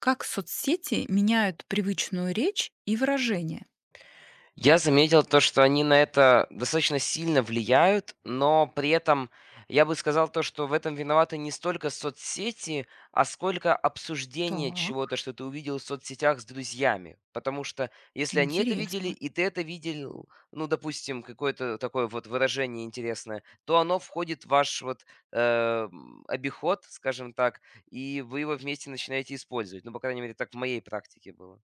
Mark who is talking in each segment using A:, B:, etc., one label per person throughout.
A: Как соцсети меняют привычную речь и выражение?
B: Я заметил то, что они на это достаточно сильно влияют, но при этом я бы сказал то, что в этом виноваты не столько соцсети, а сколько обсуждение
A: Так,
B: чего-то, что ты увидел в соцсетях с друзьями. Потому что если они это видели,
A: интересно.
B: и ты это видел, ну, допустим, какое-то такое вот выражение интересное, то оно входит в ваш вот э, обиход, скажем так, и вы его вместе начинаете использовать. Ну, по крайней мере, так в моей практике было.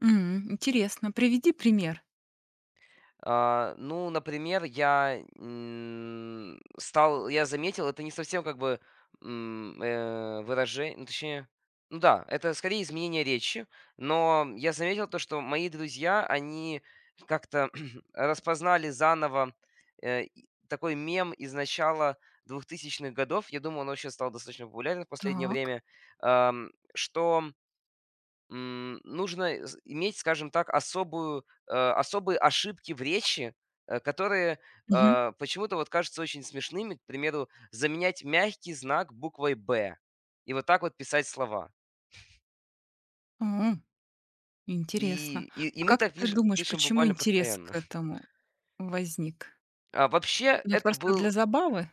A: Интересно. Приведи пример.
B: А, ну, например, я, м, стал я заметил, это не совсем как бы, выражение, ну, точнее, ну да, это скорее изменение речи, но я заметил то, что мои друзья, они как-то распознали заново, и такой мем из начала двухтысячных годов. Я думаю, он вообще стал достаточно популярен в последнее
A: Так.
B: время. Ам, что М, нужно з иметь, скажем так, особые ошибки в речи, которые
A: Мгм.
B: почему-то вот кажутся очень смешными. К примеру, заменять мягкий знак буквой "Б" и вот так вот писать слова.
A: О,
B: И
A: интересно.
B: и и
A: А
B: мы
A: как
B: так
A: ты
B: пиш
A: думаешь,
B: пишем
A: почему
B: буквально
A: интерес
B: постоянно.
A: к этому возник?
B: А вообще,
A: Ну, это
B: это
A: просто для
B: был
A: забавы?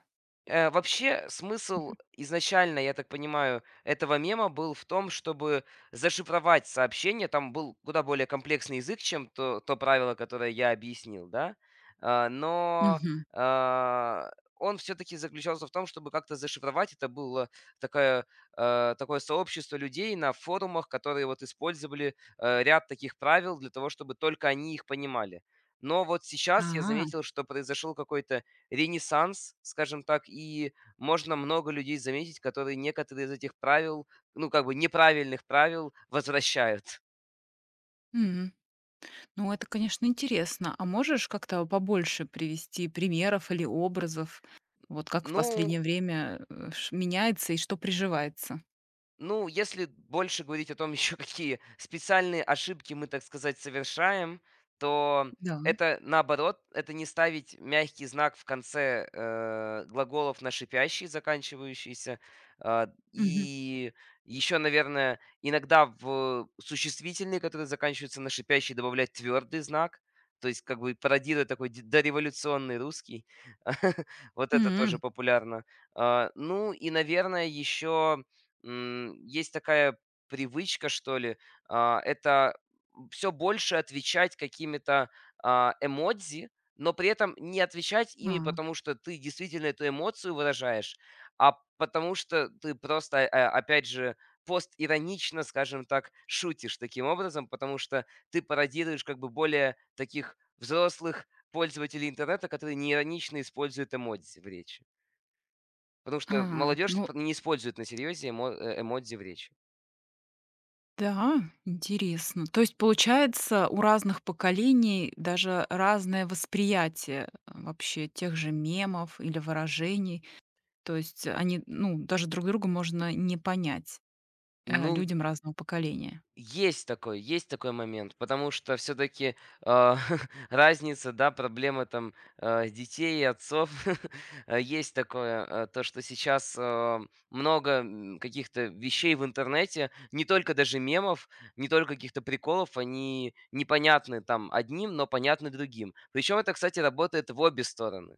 B: Э, Вообще, смысл изначально, я так понимаю, этого мема был в том, чтобы зашифровать сообщение. Там был куда более комплексный язык, чем то правило, которое я объяснил, да. А, но
A: Мгм.
B: а, он все-таки заключался в том, чтобы как-то зашифровать. Это было такое, такое сообщество людей на форумах, которые вот использовали ряд таких правил для того, чтобы только они их понимали. Но вот сейчас я
A: А,
B: заметил, что произошел какой-то ренессанс, скажем так, и можно много людей заметить, которые некоторые из этих правил, ну, как бы неправильных правил возвращают.
A: м. Ну, это, конечно, интересно. А можешь как-то побольше привести примеров или образов? Вот как в
B: Ну,
A: последнее время меняется и что приживается?
B: Ну, если больше говорить о том, еще какие специальные ошибки мы, так сказать, совершаем, то
A: Да.
B: это наоборот, это не ставить мягкий знак в конце глаголов на шипящий, заканчивающийся. А,
A: Мгм.
B: и еще, наверное, иногда в существительные, которые заканчиваются на шипящий, добавлять твердый знак. То есть, как бы пародируя такой дореволюционный русский. Вот это тоже
A: М.
B: популярно. А, ну и, наверное, еще есть такая привычка, что ли, это все больше отвечать какими-то эмодзи, но при этом не отвечать ими,
A: А,
B: потому что ты действительно эту эмоцию выражаешь, а потому что ты просто, опять же, постиронично, скажем так, шутишь таким образом, потому что ты пародируешь как бы более таких взрослых пользователей интернета, которые неиронично используют эмодзи в речи. Потому что молодежь
A: ну
B: не использует на серьезе эмодзи в речи.
A: да, интересно. То есть, получается, у разных поколений даже разное восприятие вообще тех же мемов или выражений. То есть они, ну, даже друг друга можно не понять
B: Ну,
A: людям разного поколения.
B: есть такой момент, потому что все таки разница, да, проблема там, детей и отцов. Есть такое, то, что сейчас, много, каких-то вещей в интернете, не только даже мемов, не только каких-то приколов, они непонятны там одним, но понятны другим. Причем это, кстати, работает в обе стороны.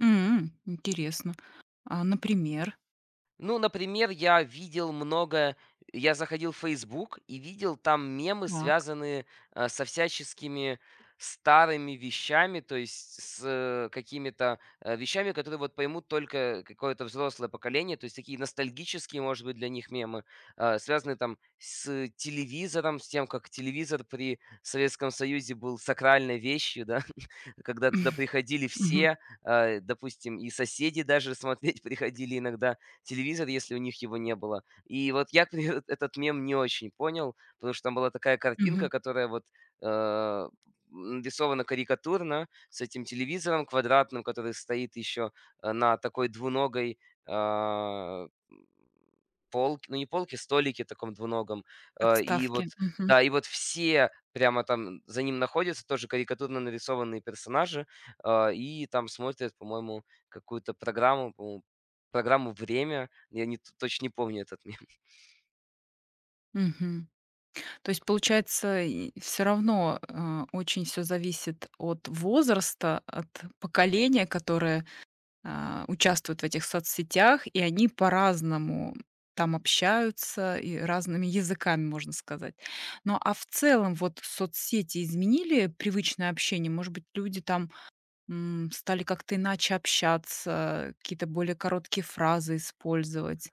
A: М, интересно. А, например,
B: Ну, например, я видел много я заходил в Facebook и видел там мемы,
A: так.
B: связанные, со всяческими старыми вещами, то есть с, какими-то, вещами, которые вот поймут только какое-то взрослое поколение. То есть такие ностальгические, может быть, для них мемы, связанные там с телевизором, с тем, как телевизор при Советском Союзе был сакральной вещью, да, когда туда приходили
A: Мгм.
B: все, допустим, и соседи даже смотреть приходили иногда телевизор, если у них его не было. И вот я например, этот мем не очень понял, потому что там была такая
A: Мгм.
B: картинка, которая вот э, нарисована карикатурно с этим телевизором квадратным, который стоит еще на такой двуногой а, полке, ну не полке, столике таком двуногом. И вот,
A: Отставки. Мгм.
B: да, и вот все прямо там за ним находятся, тоже карикатурно нарисованные персонажи, и там смотрят, по-моему, какую-то программу, по Программу "Время". Я не т точно не помню этот ме.
A: Мгм. То есть, получается, все равно, очень все зависит от возраста, от поколения, которое, участвует в этих соцсетях, и они по-разному там общаются и разными языками, можно сказать. Ну, а в целом вот соцсети изменили привычное общение? Может быть, люди там, стали как-то иначе общаться, какие-то более короткие фразы использовать?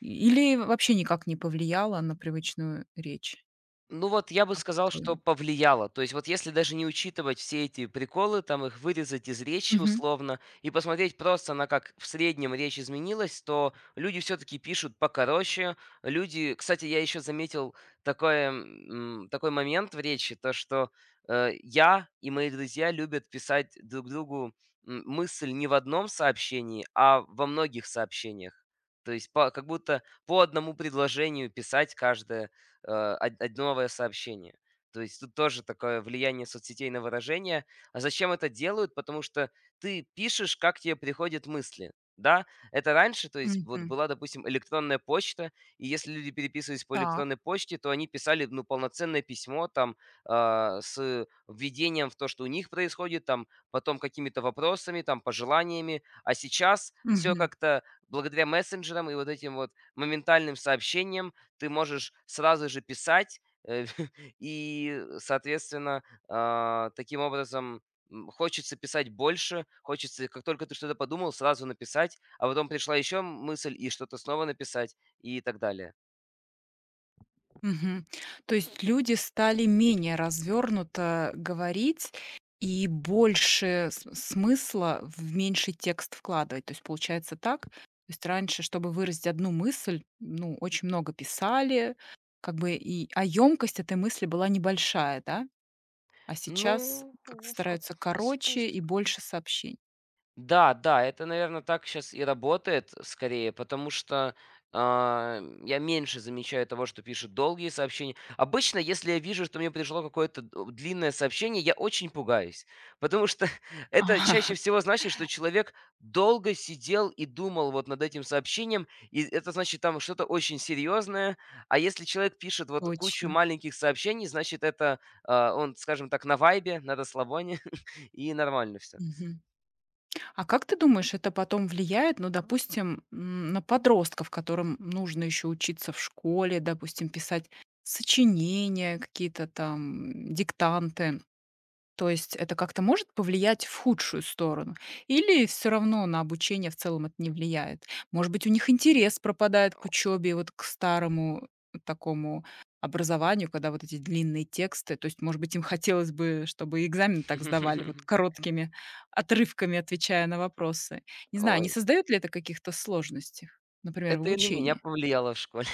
A: Или вообще никак не повлияло на привычную речь?
B: Ну вот я бы
A: Как
B: сказал, что
A: по-твоему?
B: повлияло. То есть вот если даже не учитывать все эти приколы, там их вырезать из речи
A: Мгм.
B: условно и посмотреть просто на как в среднем речь изменилась, то люди все-таки пишут покороче. Люди, кстати, я еще заметил такой момент в речи, то что я и мои друзья любят писать друг другу мысль не в одном сообщении, а во многих сообщениях. То есть как будто по одному предложению писать каждое од одновое сообщение. То есть тут тоже такое влияние соцсетей на выражение. А зачем это делают? Потому что ты пишешь, как тебе приходят мысли. Да, это раньше, то есть вот
A: Мгм.
B: была, допустим, электронная почта, и если люди переписывались по
A: Так.
B: электронной почте, то они писали, ну, полноценное письмо там с введением в то, что у них происходит, там, потом какими-то вопросами, там, пожеланиями. А сейчас все
A: Мгм.
B: как-то благодаря мессенджерам и вот этим вот моментальным сообщениям ты можешь сразу же писать, э, и, соответственно, таким образом, хочется писать больше, хочется, как только ты что-то подумал, сразу написать, а потом пришла еще мысль, и что-то снова написать, и так далее.
A: Мгм. То есть люди стали менее развернуто говорить и больше смысла в меньший текст вкладывать. То есть получается так. То есть раньше, чтобы выразить одну мысль, ну, очень много писали, как бы и, а емкость этой мысли была небольшая, да? А сейчас
B: Ну,
A: как-то
B: в
A: стараются
B: каком-то
A: короче
B: смысле.
A: и больше сообщений.
B: Да, да, это, наверное, так сейчас и работает скорее, потому что, я меньше замечаю того, что пишут долгие сообщения. Обычно, если я вижу, что мне пришло какое-то д длинное сообщение, я очень пугаюсь, потому что это чаще всего значит, что человек долго сидел и думал вот над этим сообщением, и это значит, там что-то очень серьезное. А если человек пишет
A: А,
B: вот кучу
A: точно.
B: маленьких сообщений, значит, это, он, скажем так, на вайбе, на расслабоне, и нормально все.
A: А как ты думаешь, это потом влияет, ну, допустим, на подростков, которым нужно еще учиться в школе, допустим, писать сочинения, какие-то там диктанты? То есть это как-то может повлиять в худшую сторону? Или все равно на обучение в целом это не влияет? Может быть, у них интерес пропадает к учебе, вот к старому такому образованию, когда вот эти длинные тексты. То есть, может быть, им хотелось бы, чтобы и экзамен так сдавали, вот короткими отрывками отвечая на вопросы. Не знаю, не
B: Ой,
A: создаёт ли это каких-то сложностей, например, в
B: это и на меня
A: обучении?
B: повлияло в школе.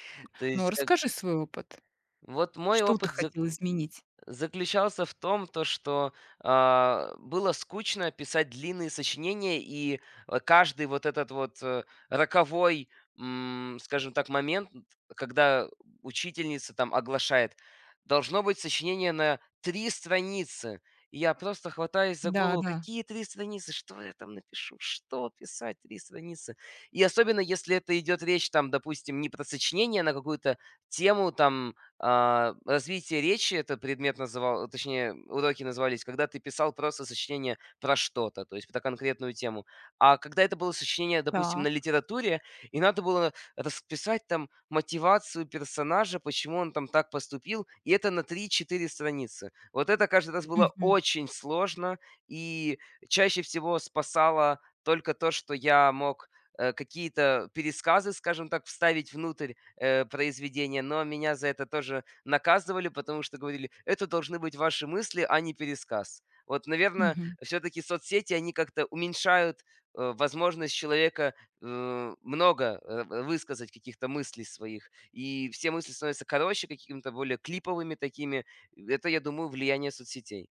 B: То
A: Ну,
B: есть,
A: расскажи свой опыт.
B: вот мой
A: Что ты
B: опыт
A: хотел изменить?
B: заключался в том, то что, было скучно писать длинные сочинения, и, каждый вот этот вот, роковой, скажем так, момент, когда учительница там оглашает: "Должно быть сочинение на 3 страницы". И я просто хватаюсь за
A: Да,
B: голову:
A: да.
B: "Какие 3 страницы? Что я там напишу? Что писать 3 страницы?" И особенно, если это идет речь там, допустим, не про сочинение а на какую-то тему там, развитие речи- это предмет называл точнее, уроки назывались, когда ты писал просто сочинение про что-то, то есть про конкретную тему. А когда это было сочинение, допустим,
A: Так.
B: на литературе, и надо было расписать там мотивацию персонажа, почему он там так поступил, и это на три-четыре страницы. Вот это каждый раз было
A: Мгм.
B: очень сложно, и чаще всего спасало только то, что я мог, какие-то пересказы, скажем так, вставить внутрь, произведение, но меня за это тоже наказывали, потому что говорили, это должны быть ваши мысли, а не пересказ. Вот, наверное,
A: Мгм.
B: все-таки соцсети, они как-то уменьшают возможность человека много высказать каких-то мыслей своих. И все мысли становятся короче, какими-то более клиповыми такими. Это, я думаю, влияние соцсетей.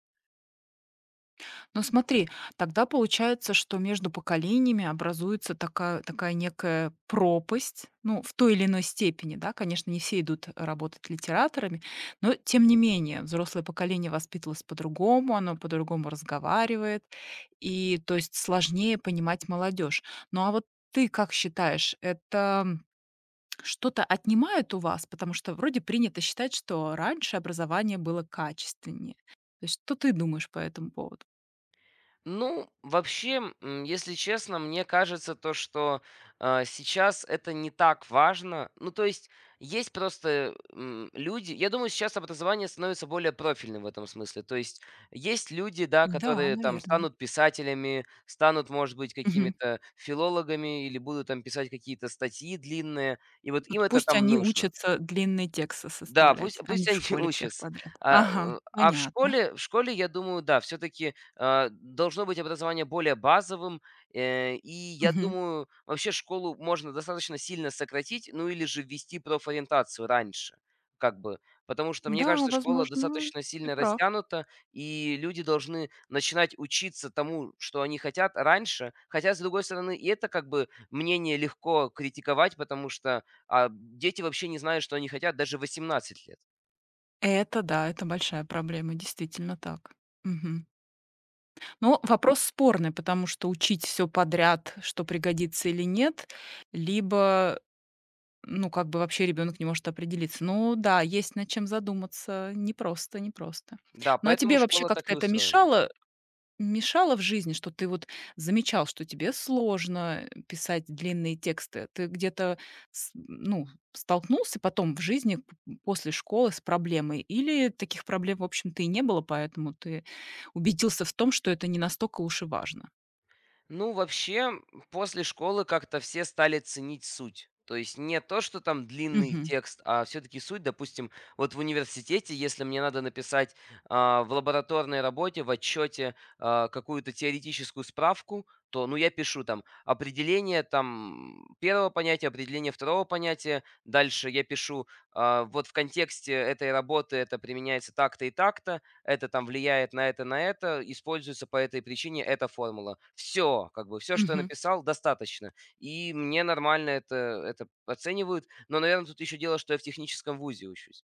A: Ну смотри, тогда получается, что между поколениями образуется такая, такая некая пропасть, ну, в той или иной степени, да, конечно, не все идут работать литераторами, но тем не менее, взрослое поколение воспитывалось по-другому, оно по-другому разговаривает, и то есть сложнее понимать молодежь. Ну а вот ты как считаешь, это что-то отнимает у вас? Потому что вроде принято считать, что раньше образование было качественнее. То есть что ты думаешь по этому поводу?
B: Ну, вообще, если честно, мне кажется то, что сейчас это не так важно. Ну, то есть есть просто люди. Я думаю, сейчас образование становится более профильным в этом смысле. То есть есть люди, да,
A: Да,
B: которые там
A: наверное.
B: станут писателями, станут, может быть,
A: Мгм.
B: какими-то филологами или будут там писать какие-то статьи длинные. И вот
A: Вот
B: им это
A: пусть
B: там
A: они
B: нужно.
A: учатся длинные тексты
B: Да, пусть
A: составлять, а не
B: пусть
A: в
B: они
A: школе всех
B: учатся.
A: подряд.
B: А,
A: Ага,
B: а в
A: понятно.
B: школе, я думаю, да, все таки должно быть образование более базовым. И я
A: Мгм.
B: думаю, вообще школу можно достаточно сильно сократить, ну или же ввести профориентацию раньше, как бы. Потому что, мне
A: Да,
B: кажется, школа
A: возможно,
B: достаточно
A: ты
B: сильно
A: прав.
B: растянута, и люди должны начинать учиться тому, что они хотят, раньше. Хотя, с другой стороны, и это, как бы, мнение легко критиковать, потому что, а дети вообще не знают, что они хотят даже в 18 лет.
A: Это да, это большая проблема, действительно так. Мгм. Но вопрос спорный, потому что учить все подряд, что пригодится или нет, либо, ну, как бы вообще ребенок не может определиться. Ну да, есть над чем задуматься. Непросто, непросто.
B: Да,
A: Ну, а
B: поэтому
A: тебе вообще
B: школа
A: как-то
B: так и
A: это
B: устроена.
A: мешало мешало в жизни, что ты вот замечал, что тебе сложно писать длинные тексты? Ты где-то с ну, столкнулся потом в жизни п после школы с проблемой или таких проблем, в общем-то, и не было, поэтому ты убедился в том, что это не настолько уж и важно?
B: Ну, вообще, после школы как-то все стали ценить суть. То есть не то, что там длинный
A: Мгм.
B: текст, а все-таки суть, допустим, вот в университете, если мне надо написать в лабораторной работе, в отчете какую-то теоретическую справку, то, ну, я пишу там определение там первого понятия, определение второго понятия, дальше я пишу вот в контексте этой работы это применяется так-то и так-то, это там влияет на это, используется по этой причине эта формула. Все, как бы, все, что я написал, достаточно. И мне нормально это оценивают. Но, наверное, тут еще дело, что я в техническом вузе учусь.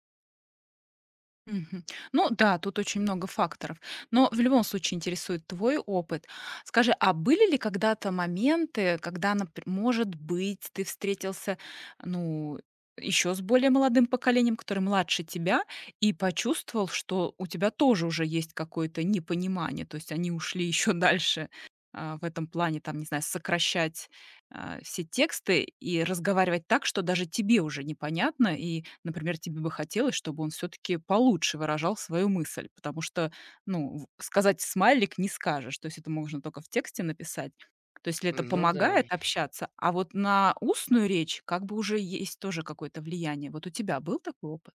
A: Мгм. Ну да, тут очень много факторов. Но в любом случае интересует твой опыт. Скажи, а были ли когда-то моменты, когда, может быть, ты встретился, ну, еще с более молодым поколением, который младше тебя, и почувствовал, что у тебя тоже уже есть какое-то непонимание, то есть они ушли еще дальше в этом плане, там, не знаю, сокращать все тексты и разговаривать так, что даже тебе уже непонятно. И, например, тебе бы хотелось, чтобы он все-таки получше выражал свою мысль, потому что, ну, сказать смайлик не скажешь, то есть это можно только в тексте написать. То есть ли это
B: Ну да.
A: помогает общаться, а вот на устную речь как бы уже есть тоже какое-то влияние. Вот у тебя был такой опыт?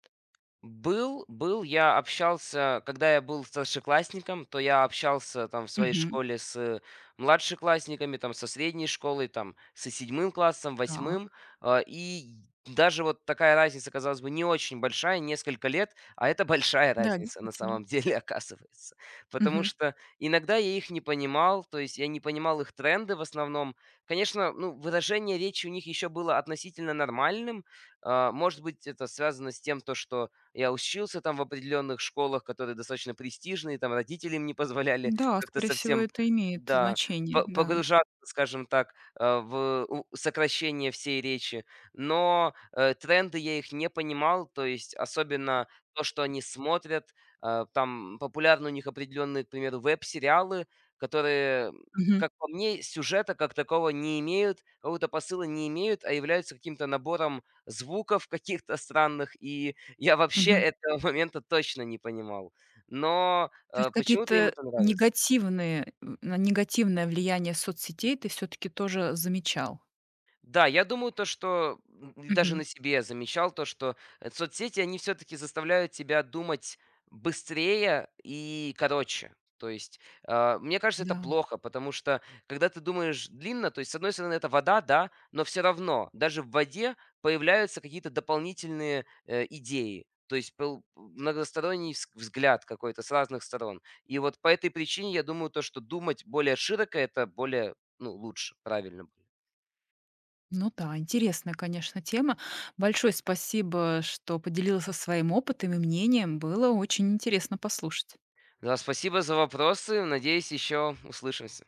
B: Был, был. Я общался, когда я был старшеклассником, то я общался там в своей
A: Мгм.
B: школе с младшеклассниками, там со средней школой, там со седьмым классом,
A: Так.
B: восьмым. А, и даже вот такая разница, казалось бы, не очень большая, несколько лет, а это большая
A: Да,
B: разница на
A: действительно.
B: самом деле оказывается. Потому
A: Мгм.
B: что иногда я их не понимал, то есть я не понимал их тренды в основном. Конечно, ну, выражение речи у них еще было относительно нормальным. А, Может быть, это связано с тем, то, что я учился там в определенных школах, которые достаточно престижные, там родители им не позволяли
A: Да,
B: как-то
A: скорее всего,
B: совсем,
A: это имеет
B: да,
A: значение, да.
B: погружаться, скажем так, в сокращение всей речи. Но тренды я их не понимал, то есть особенно то, что они смотрят, там популярны у них определенные, к примеру, веб-сериалы, которые,
A: Мгм.
B: как по мне, сюжета как такого не имеют, какого-то посыла не имеют, а являются каким-то набором звуков каких-то странных и я вообще
A: Мгм.
B: этого момента точно не понимал, но,
A: То есть
B: почему-то им
A: какие-то
B: это нравится.
A: негативные на негативное влияние соцсетей ты все таки тоже замечал?
B: Да, я думаю, то, что и даже
A: Мгм.
B: на себе я замечал то, что соцсети, они все-таки заставляют тебя думать быстрее и короче. То есть, мне кажется, это
A: Да.
B: плохо, потому что, когда ты думаешь длинно, то есть, с одной стороны, это вода, да, но все равно, даже в воде появляются какие-то дополнительные идеи. То есть многосторонний взгляд какой-то с разных сторон. И вот по этой причине я думаю то, что думать более широко это более ну, лучше, правильно будет.
A: Ну да, интересная, конечно, тема. Большое спасибо, что поделился своим опытом и мнением. Было очень интересно послушать.
B: Да, спасибо за вопросы. Надеюсь, еще услышимся.